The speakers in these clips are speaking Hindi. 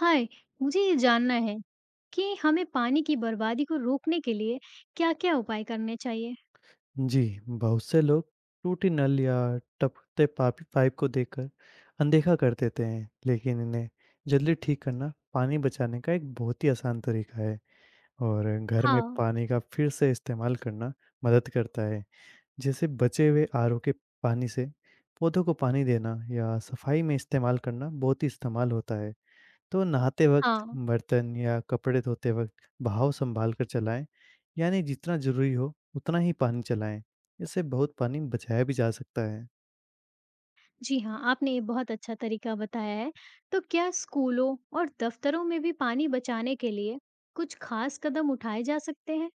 हाय। मुझे ये जानना है कि हमें पानी की बर्बादी को रोकने के लिए क्या-क्या उपाय करने चाहिए? जी, बहुत से लोग टूटी नल या टपकते पापी पाइप को देखकर अनदेखा कर देते हैं, लेकिन इन्हें जल्दी ठीक करना पानी बचाने का एक बहुत ही आसान तरीका है और घर में हाँ, पानी का फिर से इस्तेमाल करना मदद करता है। जैसे बचे हुए आरओ के पानी से पौधों को पानी देना या सफाई में इस्तेमाल करना बहुत ही इस्तेमाल होता है। तो नहाते वक़्त, हाँ। बर्तन या कपड़े धोते वक़्त बहाव सँभाल कर चलाएँ, यानी जितना ज़रूरी हो उतना ही पानी चलाएँ। इससे बहुत पानी बचाया भी जा सकता है। जी हाँ, आपने ये बहुत अच्छा तरीका बताया है। तो क्या स्कूलों और दफ्तरों में भी पानी बचाने के लिए कुछ खास कदम उठाए जा सकते हैं?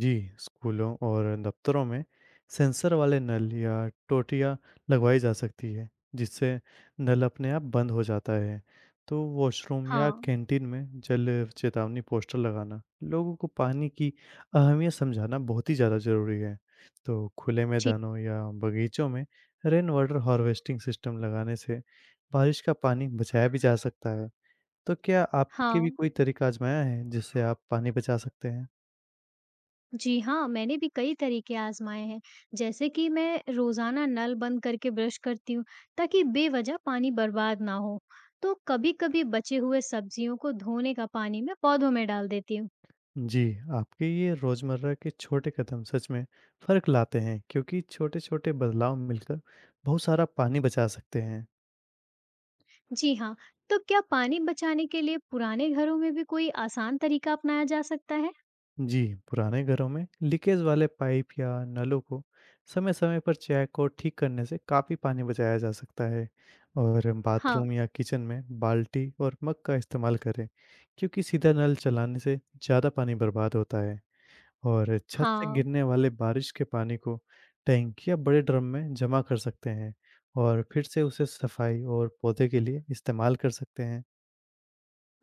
जी, स्कूलों और दफ्तरों में सेंसर वाले नल या टोंटियाँ लगवाई जा सकती है, जिससे नल अपने आप बंद हो जाता है। तो वॉशरूम या हाँ, कैंटीन में जल चेतावनी पोस्टर लगाना, लोगों को पानी की अहमियत समझाना बहुत ही ज़्यादा ज़रूरी है। तो खुले जी, मैदानों या बगीचों में रेन वाटर हार्वेस्टिंग सिस्टम लगाने से बारिश का पानी बचाया भी जा सकता है। तो क्या आपके भी हाँ। कोई तरीका आजमाया है, जिससे आप पानी बचा सकते हैं? जी हाँ, मैंने भी कई तरीके आज़माए हैं, जैसे कि मैं रोज़ाना नल बंद करके ब्रश करती हूँ, ताकि बेवज़ह पानी बर्बाद ना हो। तो कभी-कभी बचे हुए सब्जियों को धोने का पानी मैं पौधों में डाल देती हूँ। जी, आपके ये रोज़मर्रा के छोटे कदम सच में फ़र्क लाते हैं, क्योंकि छोटे-छोटे बदलाव मिलकर बहुत सारा पानी बचा सकते हैं। जी हाँ, तो क्या पानी बचाने के लिए पुराने घरों में भी कोई आसान तरीका अपनाया जा सकता है? जी, पुराने घरों में लीकेज वाले पाइप या नलों को समय-समय पर चेक और ठीक करने से काफ़ी पानी बचाया जा सकता है। और हाँ, बाथरूम या किचन में बाल्टी और मग का इस्तेमाल करें, क्योंकि सीधा नल चलाने से ज़्यादा पानी बर्बाद होता है। और छत से हाँ, गिरने वाले बारिश के पानी को टैंक या बड़े ड्रम में जमा कर सकते हैं और फिर से उसे सफाई और पौधे के लिए इस्तेमाल कर सकते हैं।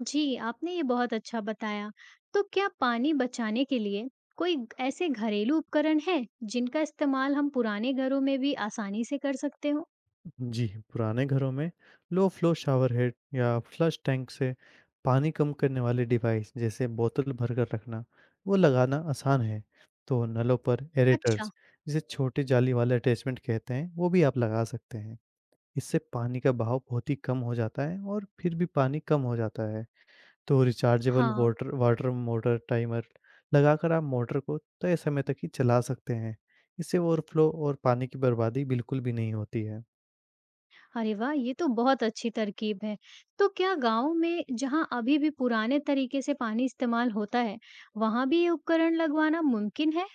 जी, आपने ये बहुत अच्छा बताया। तो क्या पानी बचाने के लिए कोई ऐसे घरेलू उपकरण हैं, जिनका इस्तेमाल हम पुराने घरों में भी आसानी से कर सकते हों? जी, पुराने घरों में लो फ्लो शावर हेड या फ्लश टैंक से पानी कम करने वाले डिवाइस, जैसे बोतल भर कर रखना, वो लगाना आसान है। तो नलों पर अच्छा, एरेटर्स, जिसे छोटी जाली वाले अटैचमेंट कहते हैं, वो भी आप लगा सकते हैं। इससे पानी का बहाव बहुत ही कम हो जाता है और फिर भी पानी कम हो जाता है। तो रिचार्जेबल हाँ। वाटर वाटर मोटर टाइमर लगाकर आप मोटर को तय समय तक ही चला सकते हैं। इससे ओवरफ्लो और पानी की बर्बादी बिल्कुल भी नहीं होती है। अरे वाह! ये तो बहुत अच्छी तरकीब है। तो क्या गाँव में जहाँ अभी भी पुराने तरीके से पानी इस्तेमाल होता है, वहाँ भी ये उपकरण लगवाना मुमकिन है?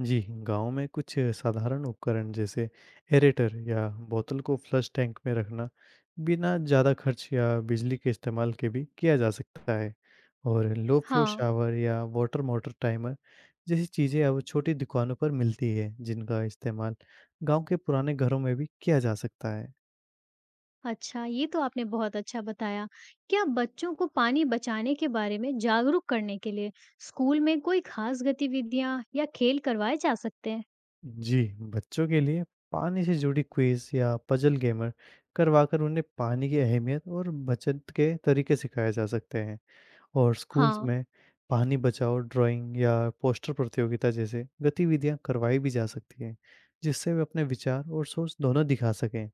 जी, गाँव में कुछ साधारण उपकरण, जैसे एरेटर या बोतल को फ्लश टैंक में रखना, बिना ज़्यादा खर्च या बिजली के इस्तेमाल के भी किया जा सकता है। और लो फ्लो हाँ, शावर या वाटर मोटर टाइमर जैसी चीज़ें अब छोटी दुकानों पर मिलती है, जिनका इस्तेमाल गाँव के पुराने घरों में भी किया जा सकता है। अच्छा, ये तो आपने बहुत अच्छा बताया। क्या बच्चों को पानी बचाने के बारे में जागरूक करने के लिए स्कूल में कोई खास गतिविधियाँ या खेल करवाए जा सकते हैं? जी, बच्चों के लिए पानी से जुड़ी क्विज़ या पजल गेमर करवाकर उन्हें पानी की अहमियत और बचत के तरीके सिखाए जा सकते हैं। और स्कूल्स हाँ, में पानी बचाओ ड्राइंग या पोस्टर प्रतियोगिता जैसे गतिविधियां करवाई भी जा सकती हैं, जिससे वे अपने विचार और सोच दोनों दिखा सकें।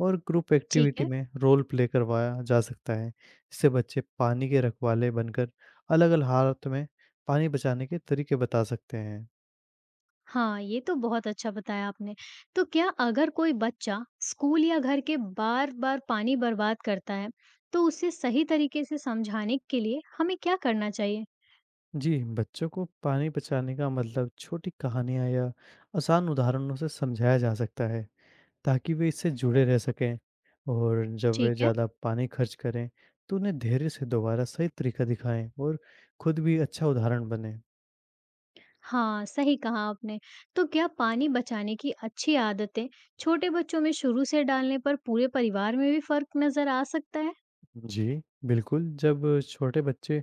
और ग्रुप ठीक एक्टिविटी है। में रोल प्ले करवाया जा सकता है, जिससे बच्चे पानी के रखवाले बनकर अलग-अलग हालत में पानी बचाने के तरीके बता सकते हैं। हाँ, ये तो बहुत अच्छा बताया आपने। तो क्या अगर कोई बच्चा स्कूल या घर के बार-बार पानी बर्बाद करता है, तो उसे सही तरीके से समझाने के लिए हमें क्या करना चाहिए? जी, बच्चों को पानी बचाने का मतलब छोटी कहानियाँ या आसान उदाहरणों से समझाया जा सकता है, ताकि वे इससे जुड़े रह सकें। और जब वे ठीक है। ज़्यादा पानी खर्च करें, तो उन्हें धैर्य से दोबारा सही तरीका दिखाएं और खुद भी अच्छा उदाहरण बने। हाँ, सही कहा आपने। तो क्या पानी बचाने की अच्छी आदतें छोटे बच्चों में शुरू से डालने पर पूरे परिवार में भी फ़र्क नज़र आ सकता है? जी, बिल्कुल, जब छोटे बच्चे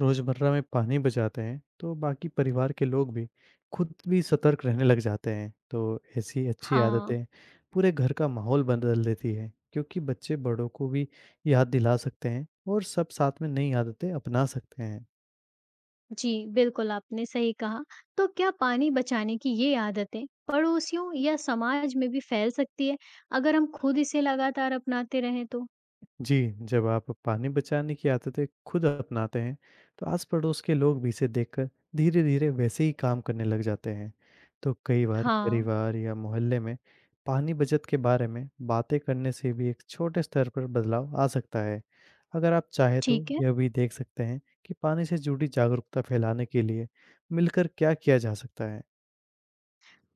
रोज़मर्रा में पानी बचाते हैं, तो बाकी परिवार के लोग भी खुद भी सतर्क रहने लग जाते हैं। तो ऐसी अच्छी हाँ। आदतें पूरे घर का माहौल बदल देती है, क्योंकि बच्चे बड़ों को भी याद दिला सकते हैं और सब साथ में नई आदतें अपना सकते हैं। जी, बिल्कुल आपने सही कहा। तो क्या पानी बचाने की ये आदतें पड़ोसियों या समाज में भी फैल सकती है, अगर हम खुद इसे लगातार अपनाते रहें तो? जी, जब आप पानी बचाने की आदतें खुद अपनाते हैं, तो आस-पड़ोस के लोग भी इसे देखकर धीरे-धीरे वैसे ही काम करने लग जाते हैं। तो कई बार हाँ, परिवार या मोहल्ले में पानी बचत के बारे में बातें करने से भी एक छोटे स्तर पर बदलाव आ सकता है। अगर आप चाहें तो ठीक है। यह भी देख सकते हैं कि पानी से जुड़ी जागरूकता फैलाने के लिए मिलकर क्या किया जा सकता है।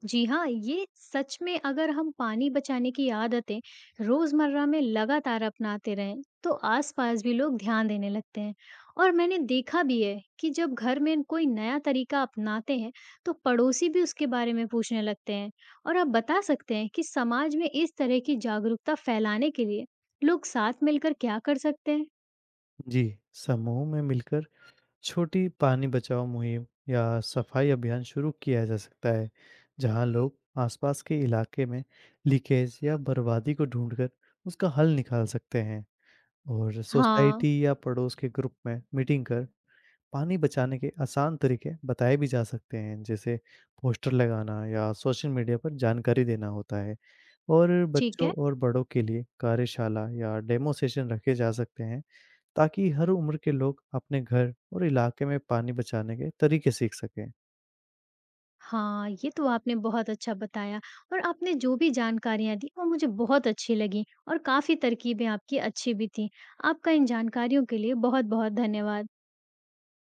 जी हाँ, ये सच में अगर हम पानी बचाने की आदतें रोजमर्रा में लगातार अपनाते रहें, तो आसपास भी लोग ध्यान देने लगते हैं। और मैंने देखा भी है कि जब घर में कोई नया तरीका अपनाते हैं, तो पड़ोसी भी उसके बारे में पूछने लगते हैं। और आप बता सकते हैं कि समाज में इस तरह की जागरूकता फैलाने के लिए लोग साथ मिलकर क्या कर सकते हैं? जी, समूह में मिलकर छोटी पानी बचाओ मुहिम या सफाई अभियान शुरू किया जा सकता है, जहां लोग आसपास के इलाके में लीकेज या बर्बादी को ढूंढकर उसका हल निकाल सकते हैं। और हाँ, सोसाइटी या पड़ोस के ग्रुप में मीटिंग कर पानी बचाने के आसान तरीके बताए भी जा सकते हैं, जैसे पोस्टर लगाना या सोशल मीडिया पर जानकारी देना होता है। और ठीक बच्चों है। और बड़ों के लिए कार्यशाला या डेमो सेशन रखे जा सकते हैं, ताकि हर उम्र के लोग अपने घर और इलाके में पानी बचाने के तरीके सीख सकें। हाँ, ये तो आपने बहुत अच्छा बताया और आपने जो भी जानकारियाँ दी वो मुझे बहुत अच्छी लगी और काफ़ी तरकीबें आपकी अच्छी भी थीं। आपका इन जानकारियों के लिए बहुत-बहुत धन्यवाद।